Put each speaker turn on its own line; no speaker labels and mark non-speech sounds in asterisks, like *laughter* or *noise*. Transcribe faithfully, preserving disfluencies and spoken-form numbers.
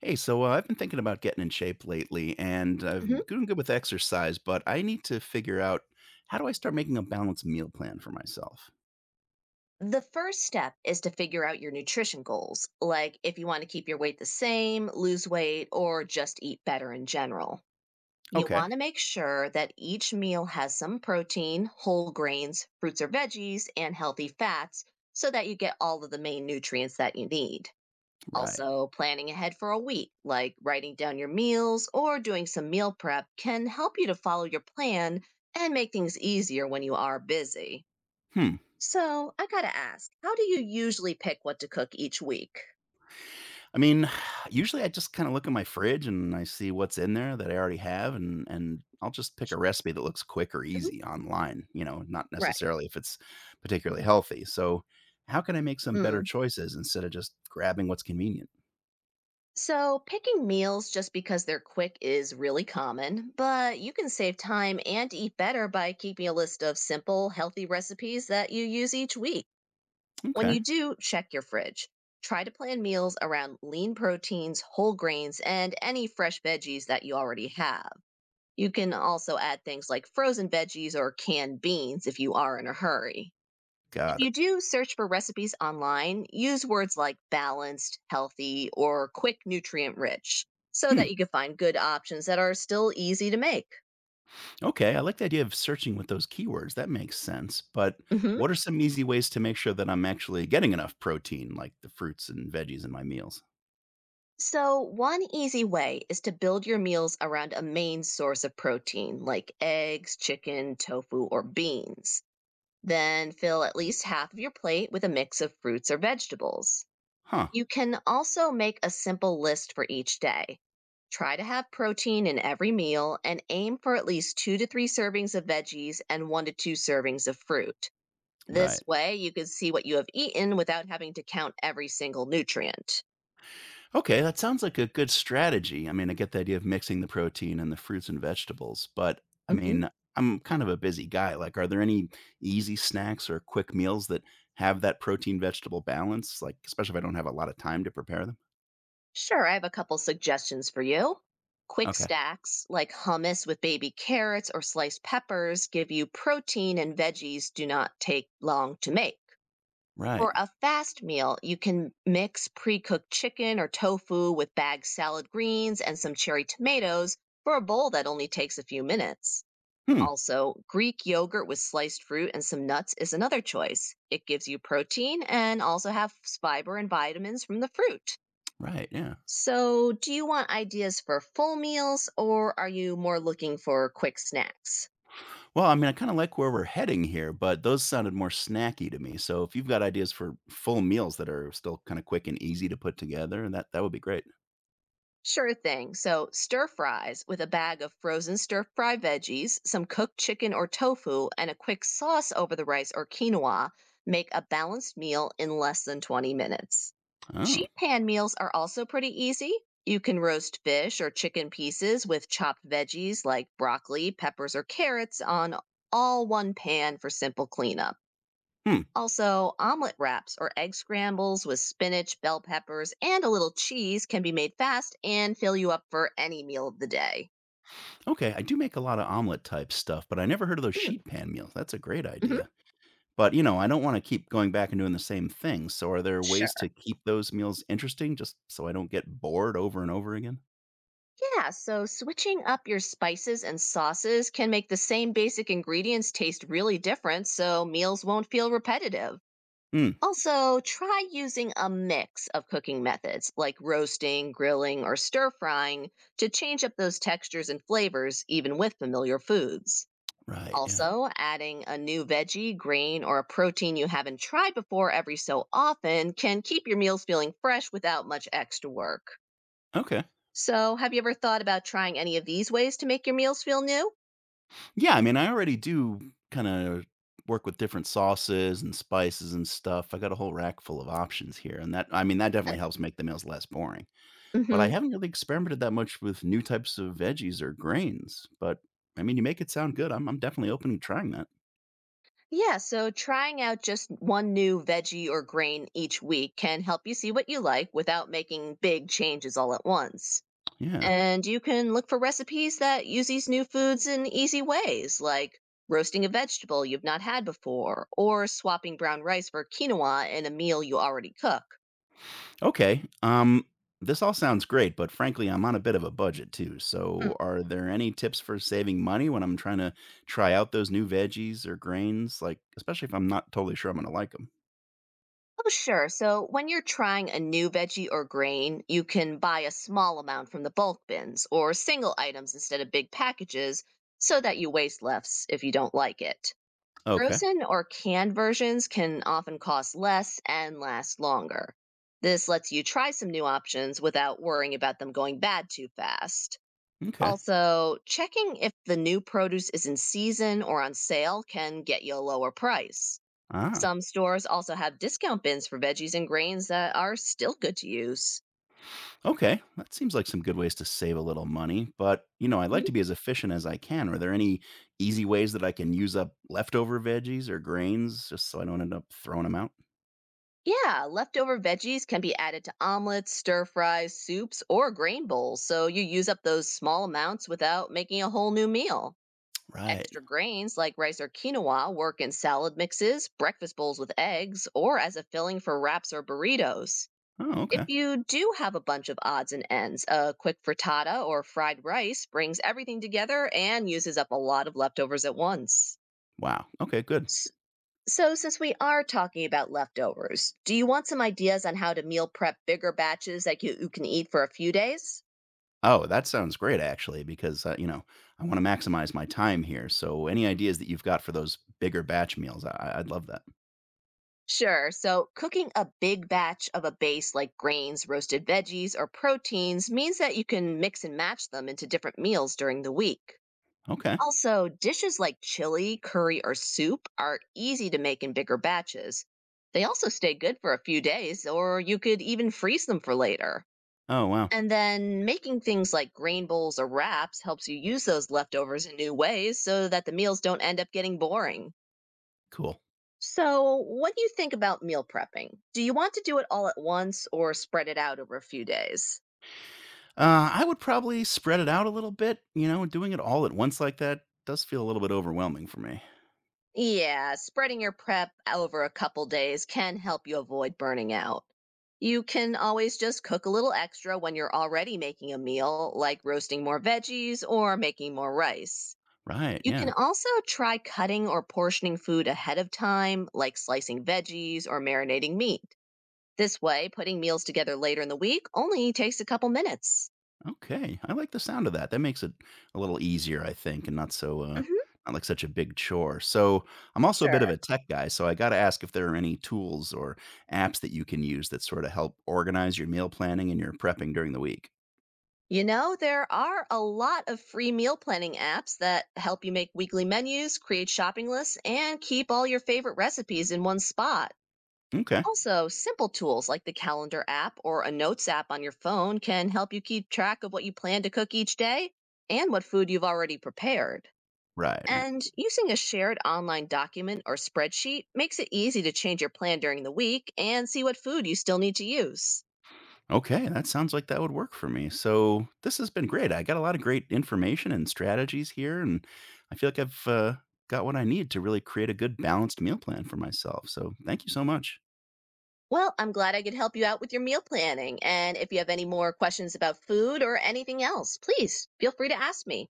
Hey, so uh, I've been thinking about getting in shape lately, and I'm
Mhm.
doing good with exercise, but I need to figure out how do I start making a balanced meal plan for myself?
The first step is to figure out your nutrition goals, like if you want to keep your weight the same, lose weight, or just eat better in general. You
Okay,
want to make sure that each meal has some protein, whole grains, fruits or veggies, and healthy fats so that you get all of the main nutrients that you need.
right.
Also, planning ahead for a week, like writing down your meals or doing some meal prep, can help you to follow your plan and make things easier when you are busy.
Hmm.
So I gotta ask, how do you usually pick what to cook each week?
I mean, *sighs* usually I just kind of look at my fridge and I see what's in there that I already have, and and I'll just pick a recipe that looks quick or
Mhm.
easy online. You know, not
Right.
necessarily if it's particularly healthy. So, how can I make some better
Mm.
choices instead of just grabbing what's convenient?
So picking meals just because they're quick is really common, but you can save time and eat better by keeping a list of simple, healthy recipes that you use each week. When
Okay,
you do, check your fridge. Try to plan meals around lean proteins, whole grains, and any fresh veggies that you already have. You can also add things like frozen veggies or canned beans if you are in a hurry. If
got
you
it.
do search for recipes online, use words like balanced, healthy, or quick nutrient rich so
Hmm.
that you can find good options that are still easy to make.
Okay, I like the idea of searching with those keywords. That makes sense. But
Mhm.
what are some easy ways to make sure that I'm actually getting enough protein, like the fruits and veggies in my meals?
So, one easy way is to build your meals around a main source of protein like eggs, chicken, tofu, or beans. Then fill at least half of your plate with a mix of fruits or vegetables.
Huh.
You can also make a simple list for each day. Try to have protein in every meal and aim for at least two to three servings of veggies and one to two servings of fruit. This
Right.
way, you can see what you have eaten without having to count every single nutrient.
Okay, that sounds like a good strategy. I mean, I get the idea of mixing the protein and the fruits and vegetables, but I
Mhm.
mean, I'm kind of a busy guy. Like, are there any easy snacks or quick meals that have that protein vegetable balance? Like, especially if I don't have a lot of time to prepare them?
Sure, I have a couple suggestions for you. Quick
Okay.
stacks like hummus with baby carrots or sliced peppers give you protein and veggies do not take long to make.
Right.
For a fast meal, you can mix pre cooked chicken or tofu with bagged salad greens and some cherry tomatoes for a bowl that only takes a few minutes.
Hmm.
Also, Greek yogurt with sliced fruit and some nuts is another choice. It gives you protein and also has fiber and vitamins from the fruit.
Right. Yeah.
So, do you want ideas for full meals or are you more looking for quick snacks?
Well, I mean, I kinda like where we're heading here, but those sounded more snacky to me, so if you've got ideas for full meals that are still kinda quick and easy to put together, that that would be great.
Sure thing. So, stir fries with a bag of frozen stir fry veggies, some cooked chicken or tofu, and a quick sauce over the rice or quinoa make a balanced meal in less than twenty minutes.
Oh.
Sheet pan meals are also pretty easy. You can roast fish or chicken pieces with chopped veggies like broccoli, peppers, or carrots on all one pan for simple cleanup.
Hmm.
Also, omelet wraps or egg scrambles with spinach, bell peppers, and a little cheese can be made fast and fill you up for any meal of the day.
Okay, I do make a lot of omelet type stuff, but I never heard of those sheet pan meals, that's a great
Mm-hmm.
idea. But, you know, I don't wanna keep going back and doing the same thing, so are there ways
Sure.
to keep those meals interesting just so I don't get bored over and over again?
Yeah, so switching up your spices and sauces can make the same basic ingredients taste really different so meals won't feel repetitive.
Hmm.
Also, try using a mix of cooking methods like roasting, grilling, or stir frying to change up those textures and flavors even with familiar foods.
Right, yeah.
Also, adding a new veggie, grain, or a protein you haven't tried before every so often can keep your meals feeling fresh without much extra work.
Okay.
So, have you ever thought about trying any of these ways to make your meals feel new?
Yeah, I mean, I already do kind of work with different sauces and spices and stuff. I got a whole rack full of options here, and that I mean, that definitely helps make the meals less boring. But
Mm-hmm.
I haven't really experimented that much with new types of veggies or grains. But I mean, you make it sound good. I'm I'm definitely open to trying that.
Yeah, so trying out just one new veggie or grain each week can help you see what you like without making big changes all at once.
Yeah.
And you can look for recipes that use these new foods in easy ways, like roasting a vegetable you've not had before, or swapping brown rice for quinoa in a meal you already cook.
Okay. Um this all sounds great, but frankly, I'm on a bit of a budget too.
Mm.
So, are there any tips for saving money when I'm trying to try out those new veggies or grains, like especially if I'm not totally sure I'm going to like them?
Oh, sure. So when you're trying a new veggie or grain, you can buy a small amount from the bulk bins or single items instead of big packages so that you waste less if you don't like it.
Okay.
Frozen or canned versions can often cost less and last longer. This lets you try some new options without worrying about them going bad too fast.
Okay.
Also, checking if the new produce is in season or on sale can get you a lower price.
Ah,
Some stores also have discount bins for veggies and grains that are still good to use.
okay. That seems like some good ways to save a little money. But, you know, I'd
Mhm.
like to be as efficient as I can. Are there any easy ways that I can use up leftover veggies or grains just so I don't end up throwing them out?
Yeah, leftover veggies can be added to omelets, stir fries, soups, or grain bowls, so you use up those small amounts without making a whole new meal.
Right.
Extra grains like rice or quinoa work in salad mixes, breakfast bowls with eggs, or as a filling for wraps or burritos.
Oh,
If
okay.
you do have a bunch of odds and ends, a quick frittata or fried rice brings everything together and uses up a lot of leftovers at once.
Wow. Okay, good.
S- So, since we are talking about leftovers, do you want some ideas on how to meal prep bigger batches that you, you can eat for a few days?
Oh, that sounds great, actually, because, uh, you know, I want to maximize my time here. So, any ideas that you've got for those bigger batch meals, I- I'd love that.
Sure. So, cooking a big batch of a base like grains, roasted veggies, or proteins means that you can mix and match them into different meals during the week.
Okay.
Also, dishes like chili, curry, or soup are easy to make in bigger batches. They also stay good for a few days, or you could even freeze them for later.
Oh, wow.
And then making things like grain bowls or wraps helps you use those leftovers in new ways so that the meals don't end up getting boring.
Cool.
So, what do you think about meal prepping? Do you want to do it all at once or spread it out over a few days?
Uh, I would probably spread it out a little bit. You know, doing it all at once like that does feel a little bit overwhelming for me.
Yeah, spreading your prep over a couple days can help you avoid burning out. You can always just cook a little extra when you're already making a meal, like roasting more veggies or making more rice.
Right.
You can
Yeah.
also try cutting or portioning food ahead of time, like slicing veggies or marinating meat. This way, putting meals together later in the week only takes a couple minutes.
Okay. I like the sound of that. That makes it a little easier, I think, and not so, uh, not like such a big chore. So I'm also a bit of
Sure.
a tech guy. So I got to ask if there are any tools or apps that you can use that sort of help organize your meal planning and your prepping during the week.
You know, there are a lot of free meal planning apps that help you make weekly menus, create shopping lists, and keep all your favorite recipes in one spot.
Okay.
Also, simple tools like the calendar app or a notes app on your phone can help you keep track of what you plan to cook each day and what food you've already prepared.
Right. Right.
And using a shared online document or spreadsheet makes it easy to change your plan during the week and see what food you still need to use.
Okay, that sounds like that would work for me. So this has been great. I got a lot of great information and strategies here, and I feel like I've uh, got what I need to really create a good balanced meal plan for myself. So thank you so much.
Well, I'm glad I could help you out with your meal planning. And if you have any more questions about food or anything else, please feel free to ask me.